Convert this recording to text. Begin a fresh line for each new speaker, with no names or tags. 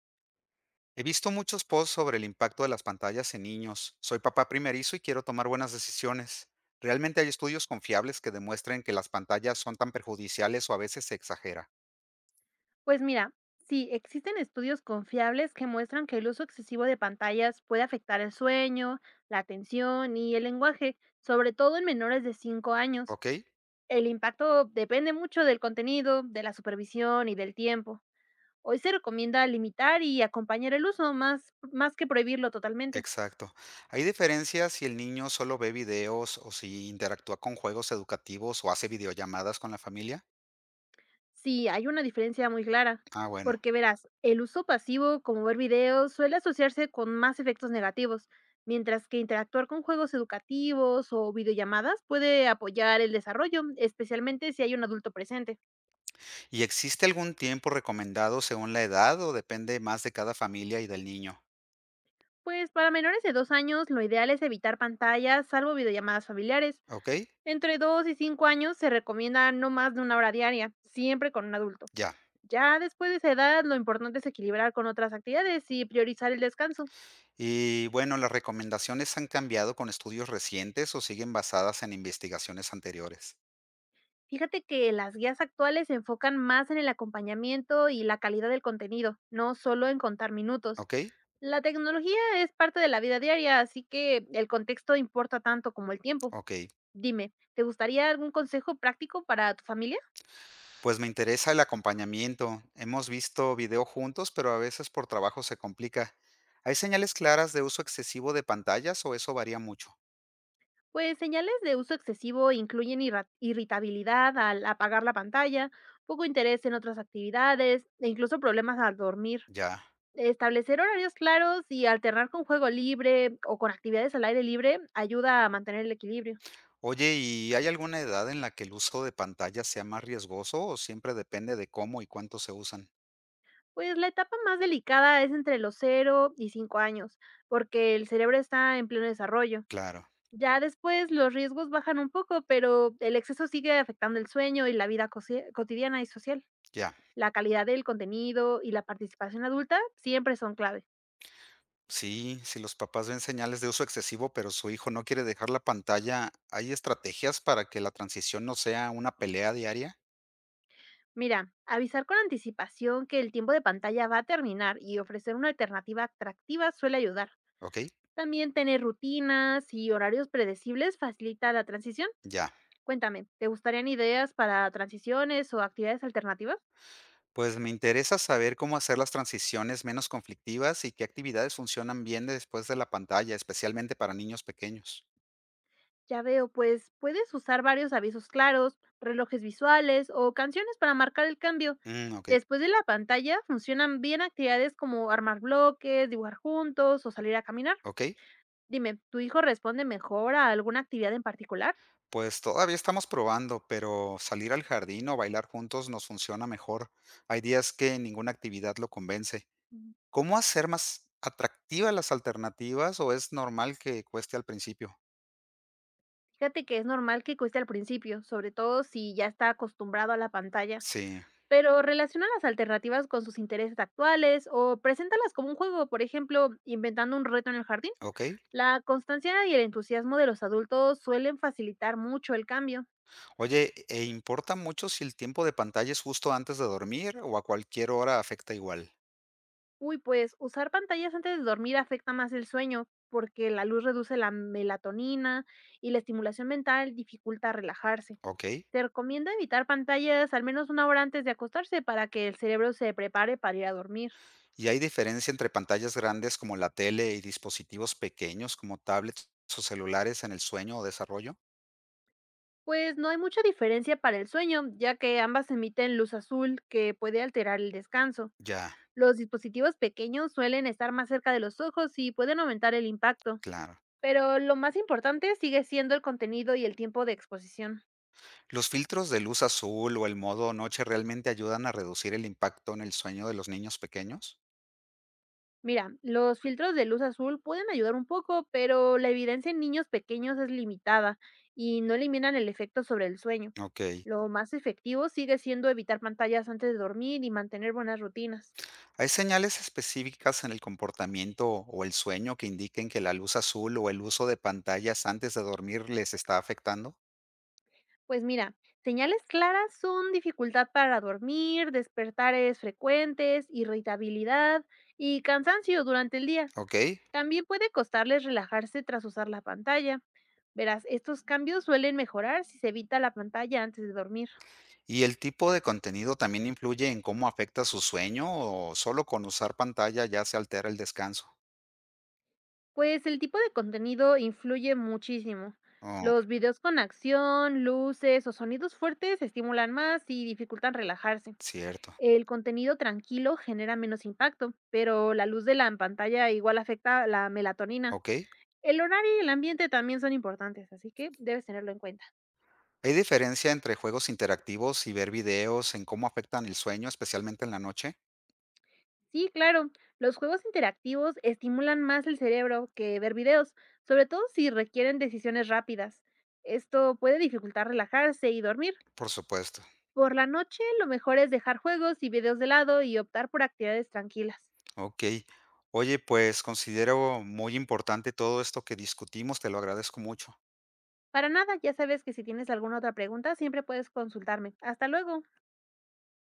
He visto muchos posts sobre el impacto de las pantallas en niños. Soy papá primerizo y quiero tomar buenas decisiones. ¿Realmente hay estudios confiables que demuestren que las pantallas son tan perjudiciales o a veces se exagera?
Pues mira, sí, existen estudios confiables que muestran que el uso excesivo de pantallas puede afectar el sueño, la atención y el lenguaje, sobre todo en menores de 5 años.
¿Ok?
El impacto depende mucho del contenido, de la supervisión y del tiempo. Hoy se recomienda limitar y acompañar el uso más que prohibirlo totalmente.
Exacto. ¿Hay diferencias si el niño solo ve videos o si interactúa con juegos educativos o hace videollamadas con la familia?
Sí, hay una diferencia muy clara,
Ah, bueno.
porque verás, el uso pasivo, como ver videos, suele asociarse con más efectos negativos, mientras que interactuar con juegos educativos o videollamadas puede apoyar el desarrollo, especialmente si hay un adulto presente.
¿Y existe algún tiempo recomendado según la edad o depende más de cada familia y del niño?
Pues para menores de 2 años, lo ideal es evitar pantallas, salvo videollamadas familiares.
¿Ok?
Entre 2 y 5 años se recomienda no más de 1 hora diaria, siempre con un adulto.
Ya.
Ya después de esa edad, lo importante es equilibrar con otras actividades y priorizar el descanso.
Y bueno, ¿las recomendaciones han cambiado con estudios recientes o siguen basadas en investigaciones anteriores?
Fíjate que las guías actuales se enfocan más en el acompañamiento y la calidad del contenido, no solo en contar minutos.
¿Ok?
La tecnología es parte de la vida diaria, así que el contexto importa tanto como el tiempo.
Ok.
Dime, ¿te gustaría algún consejo práctico para tu familia?
Pues me interesa el acompañamiento. Hemos visto video juntos, pero a veces por trabajo se complica. ¿Hay señales claras de uso excesivo de pantallas o eso varía mucho?
Pues señales de uso excesivo incluyen irritabilidad al apagar la pantalla, poco interés en otras actividades e incluso problemas al dormir.
Ya.
Establecer horarios claros y alternar con juego libre o con actividades al aire libre ayuda a mantener el equilibrio.
Oye, ¿y hay alguna edad en la que el uso de pantallas sea más riesgoso o siempre depende de cómo y cuánto se usan?
Pues la etapa más delicada es entre los 0 y 5 años, porque el cerebro está en pleno desarrollo.
Claro,
Ya después los riesgos bajan un poco, pero el exceso sigue afectando el sueño y la vida cotidiana y social.
ya.
La calidad del contenido y la participación adulta siempre son clave.
Sí, si los papás ven señales de uso excesivo, pero su hijo no quiere dejar la pantalla, ¿hay estrategias para que la transición no sea una pelea diaria?
Mira, avisar con anticipación que el tiempo de pantalla va a terminar y ofrecer una alternativa atractiva suele ayudar.
¿Ok?
También tener rutinas y horarios predecibles facilita la transición.
Ya.
Cuéntame, ¿te gustarían ideas para transiciones o actividades alternativas?
Pues me interesa saber cómo hacer las transiciones menos conflictivas y qué actividades funcionan bien después de la pantalla, especialmente para niños pequeños.
Ya veo, pues puedes usar varios avisos claros, relojes visuales o canciones para marcar el cambio.
Mm, ok,
Después de la pantalla funcionan bien actividades como armar bloques, dibujar juntos o salir a caminar.
ok.
Dime, ¿tu hijo responde mejor a alguna actividad en particular?
Pues todavía estamos probando, pero salir al jardín o bailar juntos nos funciona mejor. Hay días que ninguna actividad lo convence.
Mm,
¿Cómo hacer más atractivas las alternativas o es normal que cueste al principio?
Fíjate que es normal que cueste al principio, sobre todo si ya está acostumbrado a la pantalla.
Sí,
Pero relaciona las alternativas con sus intereses actuales o preséntalas como un juego, por ejemplo, inventando un reto en el jardín.
¿ok?
La constancia y el entusiasmo de los adultos suelen facilitar mucho el cambio.
Oye, ¿e importa mucho si el tiempo de pantalla es justo antes de dormir o a cualquier hora afecta igual?
Uy, pues usar pantallas antes de dormir afecta más el sueño porque la luz reduce la melatonina y la estimulación mental dificulta relajarse.
¿Ok?
Se recomienda evitar pantallas al menos 1 hora antes de acostarse para que el cerebro se prepare para ir a dormir.
¿Y hay diferencia entre pantallas grandes como la tele y dispositivos pequeños como tablets o celulares en el sueño o desarrollo?
Pues no hay mucha diferencia para el sueño, ya que ambas emiten luz azul que puede alterar el descanso.
Ya,
Los dispositivos pequeños suelen estar más cerca de los ojos y pueden aumentar el impacto,
claro.
pero lo más importante sigue siendo el contenido y el tiempo de exposición.
¿Los filtros de luz azul o el modo noche realmente ayudan a reducir el impacto en el sueño de los niños pequeños?
Mira, los filtros de luz azul pueden ayudar un poco, pero la evidencia en niños pequeños es limitada y no eliminan el efecto sobre el sueño.
Okey.
Lo más efectivo sigue siendo evitar pantallas antes de dormir y mantener buenas rutinas.
¿Hay señales específicas en el comportamiento o el sueño que indiquen que la luz azul o el uso de pantallas antes de dormir les está afectando?
Pues mira, señales claras son dificultad para dormir, despertares frecuentes, irritabilidad y cansancio durante el día.
¿Ok?
También puede costarles relajarse tras usar la pantalla. Verás, estos cambios suelen mejorar si se evita la pantalla antes de dormir.
¿Y el tipo de contenido también influye en cómo afecta su sueño o solo con usar pantalla ya se altera el descanso?
Pues el tipo de contenido influye muchísimo.
Oh,
Los videos con acción, luces o sonidos fuertes estimulan más y dificultan relajarse.
cierto.
El contenido tranquilo genera menos impacto, pero la luz de la pantalla igual afecta la melatonina.
¿Ok?
El horario y el ambiente también son importantes, así que debes tenerlo en cuenta.
¿Hay diferencia entre juegos interactivos y ver videos en cómo afectan el sueño, especialmente en la noche?
Sí, claro, los juegos interactivos estimulan más el cerebro que ver videos, sobre todo si requieren decisiones rápidas. Esto puede dificultar relajarse y dormir.
Por supuesto.
Por la noche, lo mejor es dejar juegos y videos de lado y optar por actividades tranquilas.
Ok. Oye, pues considero muy importante todo esto que discutimos, te lo agradezco mucho.
Para nada, ya sabes que si tienes alguna otra pregunta, siempre puedes consultarme. Hasta luego.